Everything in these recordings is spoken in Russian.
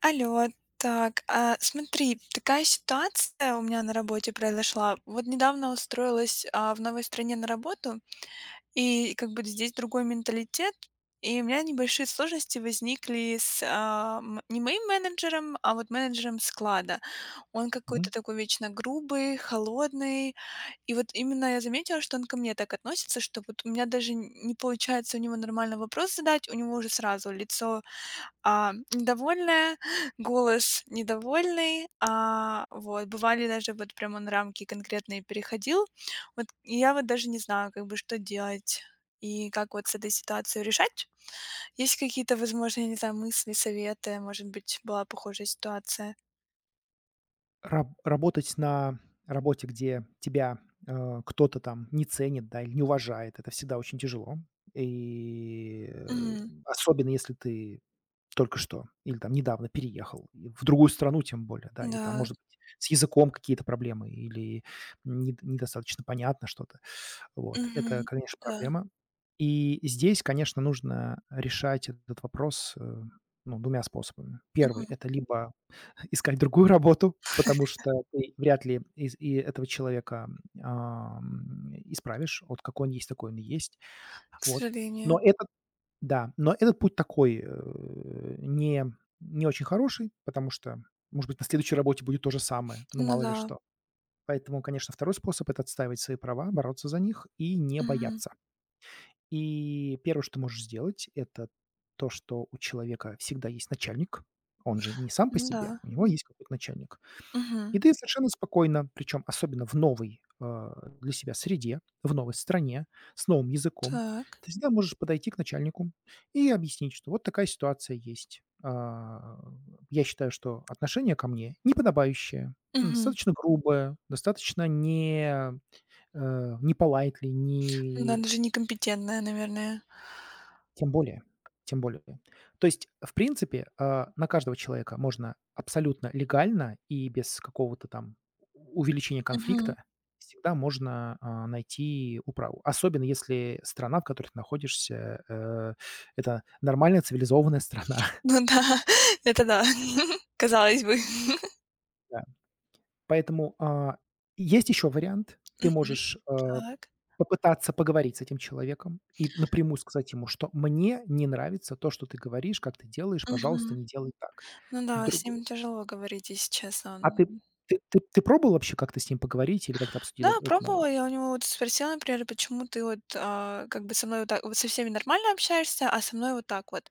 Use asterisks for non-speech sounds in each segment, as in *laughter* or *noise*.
Алло, так, смотри, такая ситуация у меня на работе произошла. Вот недавно устроилась, в новой стране на работу, и как бы здесь другой менталитет, и у меня небольшие сложности возникли с, не моим менеджером, а вот менеджером склада. Он Мгм. какой-то такой вечно грубый, холодный. И вот именно я заметила, что он ко мне так относится, что вот у меня даже н не получается у него нормально вопрос задать, у него уже сразу лицо недовольная, голос недовольный, вот. Бывали даже вот прям он рамки конкретные переходил. Вот и я вот даже не знаю, как бы, что делать и как вот с этой ситуацией решать. Есть какие-то, возможно, я не знаю, мысли, советы? Может быть, была похожая ситуация? Работать на работе, где тебя, кто-то там не ценит, да, или не уважает — это всегда очень тяжело. И, э, Мгм. Особенно если ты только что или там недавно переехал и в другую страну, тем более, да, и там, Да. может быть, с языком какие-то проблемы или недостаточно понятно что-то. Вот. Это, Мгм. конечно, Да. проблема. И здесь, конечно, нужно решать этот вопрос, ну, 2 способами. Первый — Мгм. это либо искать другую работу, потому что ты вряд ли из и этого человека, исправишь. Вот какой он есть, такой он и есть. К Вот. Но сожалению. этот да, но этот путь такой, не не очень хороший, потому что, может быть, на следующей работе будет то же самое, ну, Ну мало ли да. что. Поэтому, конечно, второй способ — это отстаивать свои права, бороться за них и не Мгм. бояться. И первое, что ты можешь сделать — это то, что у человека всегда есть начальник. Он же не сам по Ну да. себе, у него есть какой-то начальник. Мгм. И ты совершенно спокойно, причем особенно в новой, для себя среде, в новой стране, с новым языком, Так. ты всегда можешь подойти к начальнику и объяснить, что вот такая ситуация есть. Я считаю, что отношение ко мне неподобающее, Мгм. достаточно грубое, достаточно не, э, не politely, Ну да, не даже некомпетентная, наверное. тем более, тем более. То есть, в принципе, на каждого человека можно абсолютно легально и без какого-то там у увеличения конфликта всегда можно, найти управу. Особенно если страна, в которой ты находишься, это нормальная цивилизованная страна. *laughs* Ну да, *laughs* это да, *laughs* казалось бы. Да. Поэтому, есть еще вариант. *laughs* Ты Мгм. можешь, Так. попытаться поговорить с этим человеком и напрямую сказать ему, что: "Мне не нравится то, что ты говоришь, как ты делаешь. Пожалуйста, Мгм. не делай так". Ну да, с Друг ним тяжело говорить, если честно. А ты Он ты пробовал вообще как-то с ним поговорить или как-то обсудить Да, этот момент? пробовала. Я у него вот спросила, например, почему ты вот как бы со мной вот так вот со всеми нормально общаешься, а со мной вот так вот.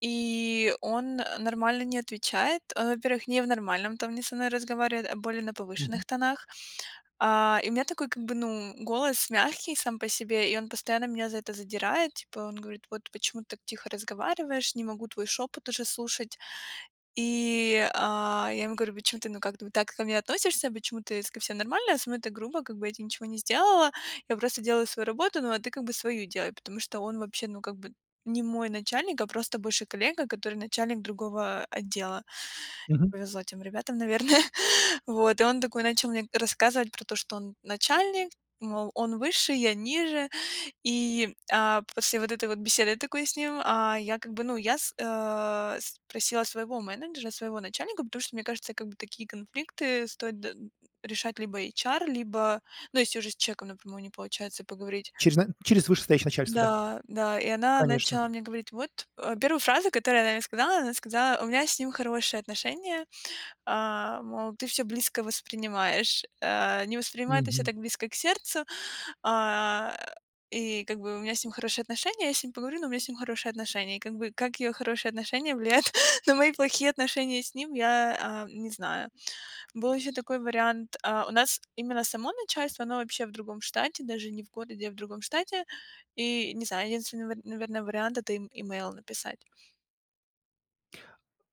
И он нормально не отвечает. Он, во-первых, не в нормальном тоне со мной разговаривает, а более на Мгм. повышенных тонах. И у меня такой, как бы, ну, голос мягкий сам по себе, и он постоянно меня за это задирает. Типа, он говорит, вот почему ты так тихо разговариваешь, не могу твой шепот уже слушать. И, я ему говорю: "Почему ты, ну, как бы так ко мне относишься? Почему ты с ко всем нормально, со мной так грубо, как бы я те ничего не сделала. Я просто делаю свою работу, ну, а ты как бы свою делай". Потому что он вообще, ну, как бы не мой начальник, а просто бывший коллега, который начальник другого отдела. Не Мгм. повезло тем ребятам, наверное. *laughs* Вот, и он такой начал мне рассказывать про то, что он начальник, мол, он выше, я ниже. И, после вот этой вот беседы такой с ним, я как бы, ну, спросила своего менеджера, своего начальника, потому что, мне кажется, как бы такие конфликты стоит д решать либо HR, либо, ну, если уже с человеком напрямую не получается поговорить. Через на через вышестоящее начальство, да. Да, да, и она Конечно. начала мне говорить, вот, 1 фразу, которую она мне сказала, она сказала: "У меня с ним хорошие отношения". Мол, ты все близко воспринимаешь. Не воспринимает это все Мгм. так близко к сердцу. А, и как бы у меня с ним хорошие отношения, я с ним поговорю, но у меня с ним хорошие отношения. И как бы как ее хорошие отношения влияют *laughs* на мои плохие отношения с ним, я, не знаю. Был еще такой вариант. У нас именно само начальство, оно вообще в другом штате, даже не в городе, а в другом штате. И не знаю, единственный, наверное, вариант — это им имейл написать.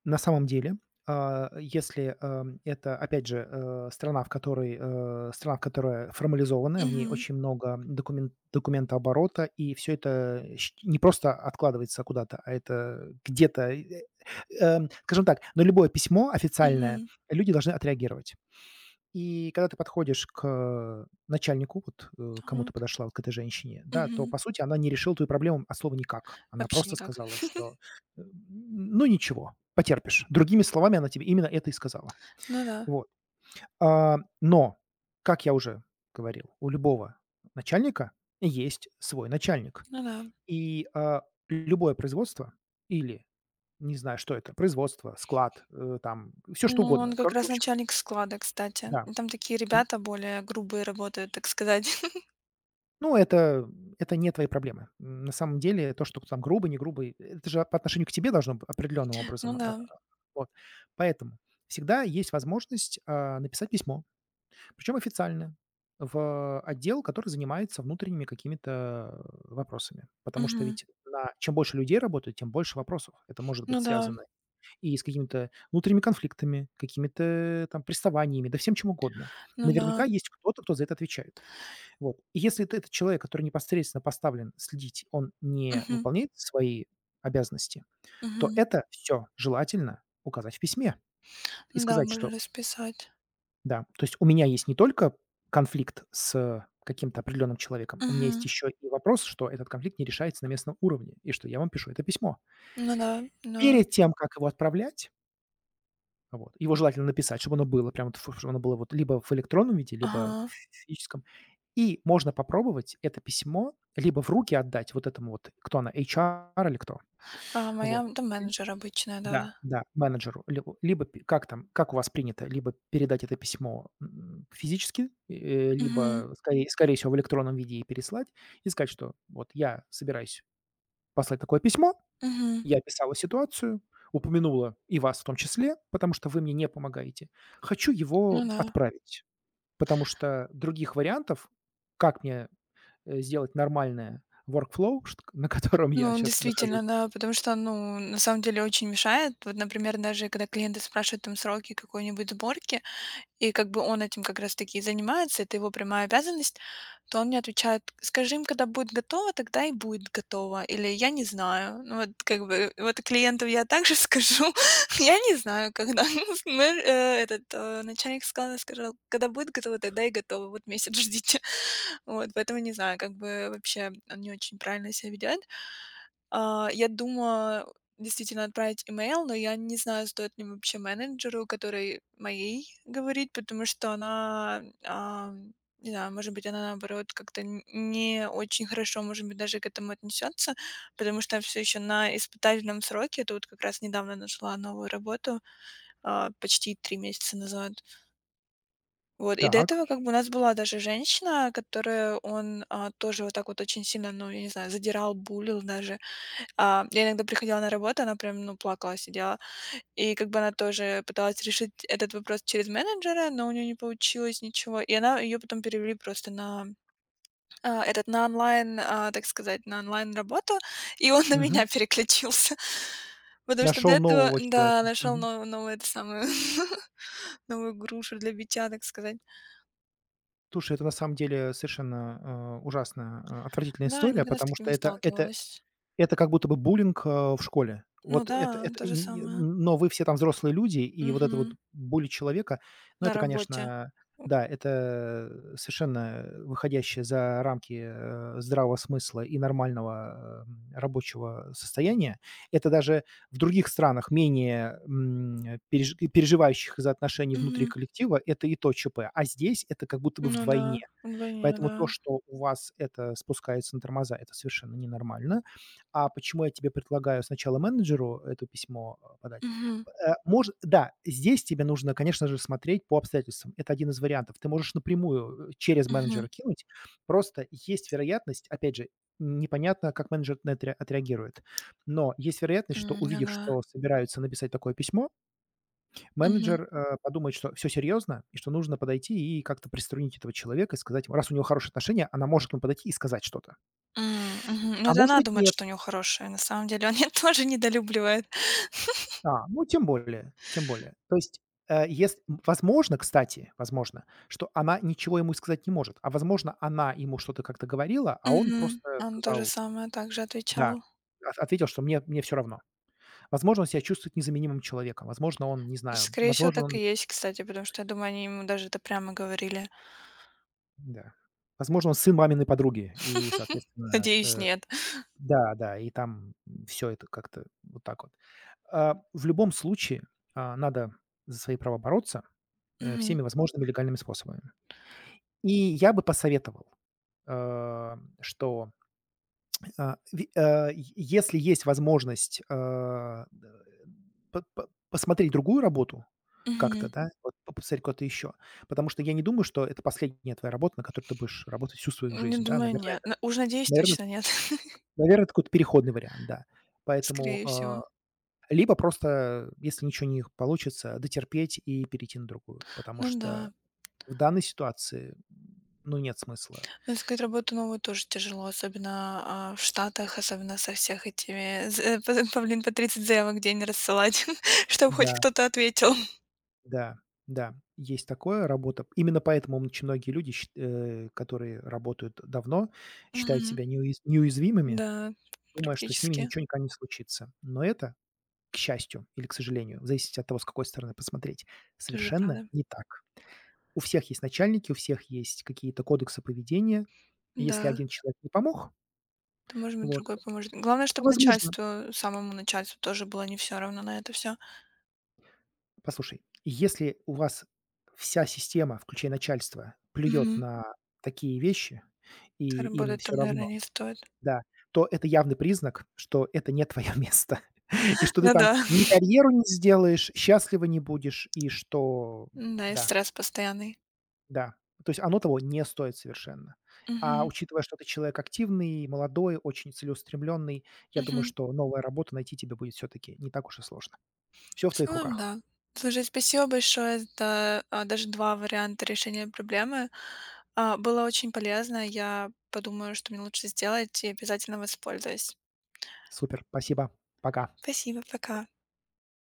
На самом деле, если, это, опять же, страна, в которой, страна, в которая формализованная, в ней Мгм. очень много документооборота, и всё это щ не просто откладывается куда-то, а это где-то, скажем так, на любое письмо официальное Мгм. люди должны отреагировать. И когда ты подходишь к начальнику, вот, кому ты Так. подошла, вот к этой женщине, да, то, Мгм. по сути, она не решила твою проблему от слова никак. Она Вообще просто никак. сказала, что, *laughs* ну, ничего, потерпишь. Другими словами, она тебе именно это и сказала. Ну да, Вот. А, но, как я уже говорил, у любого начальника есть свой начальник. ну да. И, а, любое производство или, не знаю, что это, производство, склад, там, все Ну, что ну, он угодно. как Кор В раз общем, начальник склада, кстати. да. И там такие ребята более грубые работают, так сказать. *laughs* Ну, это это не твои проблемы. На самом деле, то, что там грубый, не грубый, это же по отношению к тебе должно быть определенным Ну образом. Да. Вот. Поэтому всегда есть возможность, написать письмо, причем официально, в отдел, который занимается внутренними какими-то вопросами. Потому что Мгм. ведь на чем больше людей работает, тем больше вопросов. Это может быть Ну да, связано и с какими-то внутренними конфликтами, какими-то там приставаниями, да всем чем угодно. ну Наверняка да. есть кто-то, кто за это отвечает. Вот. И если этот человек, который непосредственно поставлен следить, он не Мгм, выполняет свои обязанности, то мгм. это все желательно указать в письме и Ну да, сказать, можно что расписать. да, то есть у меня есть не только конфликт с каким-то определенным человеком, у меня есть Мгм. еще и вопрос, что этот конфликт не решается на местном уровне, и что я вам пишу это письмо. Ну да, да. Перед тем, как его отправлять, вот, его желательно написать, чтобы оно было прям вот ф чтобы оно было вот либо в электронном виде, либо в Ага. физическом. И можно попробовать это письмо либо в руки отдать вот этому вот, кто она, HR или кто? А моя, Вот. да, менеджер обычная, да. Да, да, менеджеру. Либо либо п как там, как у вас принято, либо передать это письмо, физически, Мгм, либо, скорее всего, в электронном виде и переслать, и сказать, что вот я собираюсь послать такое письмо, мгм. я описала ситуацию, упомянула и вас в том числе, потому что вы мне не помогаете. Хочу Ну его да. отправить, потому что других вариантов, как мне сделать нормальное workflow, *laughs* шт на котором я Ну, сейчас нахожусь. действительно, да, потому что, ну, на самом деле очень мешает. Вот, например, даже когда клиенты спрашивают там сроки какой-нибудь сборки, и как бы он этим как раз таки и занимается, это его прямая обязанность, то он мне отвечает: "Скажи им, когда будет готово, тогда и будет готово". Или: "Я не знаю". Ну вот как бы, вот клиенту я также *laughs* скажу: "Я не знаю, когда". *laughs* Мэр, этот, начальник сказал: "Когда будет готово, тогда и готово. Вот месяц ждите". *laughs* Вот, поэтому не знаю, как бы вообще он не очень правильно себя ведет. Я думаю, действительно отправить имейл, но я не знаю, стоит ли вообще менеджеру, который моей, говорить, потому что она, не знаю, может быть, она, наоборот, как-то н не очень хорошо, может быть, даже к этому отнесется, потому что все еще на испытательном сроке. Я Тут как раз недавно нашла новую работу, почти 3 месяца назад. Вот, и до Так. этого как бы у нас была даже женщина, которая он, тоже вот так вот очень сильно, ну, я не знаю, задирал, булил даже. Я иногда приходила на работу, она прям, ну, плакала, сидела. И как бы она тоже пыталась решить этот вопрос через менеджера, но у нее не получилось ничего. И она ее потом перевели просто на этот на онлайн, так сказать, на онлайн работу, и он *laughs* на Мгм. меня переключился. *laughs* Потому что до Нашел этого, нового человека. да, нашел Мгм. новую, новую это самую *laughs* новую грушу для битья, так сказать. Слушай, это на самом деле совершенно, ужасно, отвратительная Да, я история, никогда с потому таким что не это сталкивалась. это как будто бы буллинг, в школе. Ну Вот да, это то и же не самое. Но вы все там взрослые люди, и вот это вот Мгм. боль человека, ну, На это, работе. конечно, да, это, совершенно, выходящее за рамки, здравого смысла и нормального, рабочего состояния. Это даже в других странах, менее, переживающих из-за отношений внутри Мгм. коллектива, это и то ЧП, а здесь это как будто бы Ну да, вдвойне. вдвойне, Поэтому да. то, что у вас это спускается на тормоза, это совершенно ненормально. А почему я тебе предлагаю сначала менеджеру это письмо, подать? Мгм, П э, мож да, здесь тебе нужно, конечно же, смотреть по обстоятельствам. Это один из вариантов. Ты можешь напрямую, через менеджера мгм. кинуть. Просто есть вероятность, опять же, непонятно, как менеджер на это ре отреагирует. Но есть вероятность, что, Ну увидев, да. что собираются написать такое письмо, Мгм, менеджер, подумает, что все серьезно и что нужно подойти и как-то приструнить этого человека и сказать ему, раз у него хорошие отношения, она может к нему подойти и сказать что-то. м, мгм. Ну, А это может она быть, думает, нет. что у него хорошее. На самом деле он ее *laughs* тоже недолюбливает. Ну, тем более, тем более. То есть, возможно, кстати, возможно, что она ничего ему сказать не может, возможно, она ему что-то как-то говорила, а он Мгм. просто Он то же сказал самое также да, отвечал. от ответил, что мне все равно. Возможно, он себя чувствует незаменимым человеком, возможно, он, не знаю, Скорее всего, возможно, так и он есть, кстати, потому что, я думаю, они ему даже это прямо говорили. да, возможно, он сын маминой подруги и, соответственно, Надеюсь, нет. да, да, и там все это как-то вот так вот. В любом случае, надо за свои права бороться, Мгм, всеми возможными легальными способами. И я бы посоветовал, э, что, э, ви э, е если есть возможность, э, д по посмотреть другую работу как-то, мгм. да, вот по посмотреть куда-то еще. Потому что я не думаю, что это последняя твоя работа, на которой ты будешь работать всю свою Не жизнь, да. думаю, нет. На уж надеюсь, наверное, точно нет. *laughs* наверно, это какой-то переходный вариант, да. Поэтому, Скорее всего. либо просто, если ничего не получится, дотерпеть и перейти на другую, потому Ну что да. в данной ситуации, ну, нет смысла. Ну, искать работу новую тоже тяжело, особенно, в Штатах, особенно со всех этими ЗП по, блин, по 30 заявок в день рассылать, *laughs* чтобы хоть Да. кто-то ответил. Да, да, есть такое, работа. Именно поэтому очень многие люди, которые работают давно, считают Мгм. себя неуязвимыми, Да, думая, что с ними практически. ничего никогда не случится. Но это, к счастью или к сожалению, в зависимости от того, с какой стороны посмотреть, Тоже совершенно правда. не так. У всех есть начальники, у всех есть какие-то кодексы поведения. И если Да, один человек не помог, то может быть, вот, другой поможет. Главное, то, чтобы возможно. начальству, самому начальству тоже было не все равно на это все. Послушай, если у вас вся система, включая начальство, плюет Мгм. на такие вещи, Да, и им работать все там, равно, наверное, не стоит. да, то это явный признак, что это не твое место, *laughs* и *laughs* что ты Ну там да. ни карьеру не сделаешь, счастлива не будешь, и что Да и да, стресс постоянный. да, то есть оно того не стоит совершенно. А Мгм. учитывая, что ты человек активный, молодой, очень целеустремленный, я думаю, Мгм. что новая работа найти тебе будет все таки не так уж и сложно. Все в В твоих целом, руках. да. Слушай, спасибо большое за, даже 2 варианта решения проблемы. Было очень полезно. Я подумаю, что мне лучше сделать, и обязательно воспользуюсь. Супер, спасибо, пока. Спасибо, пока.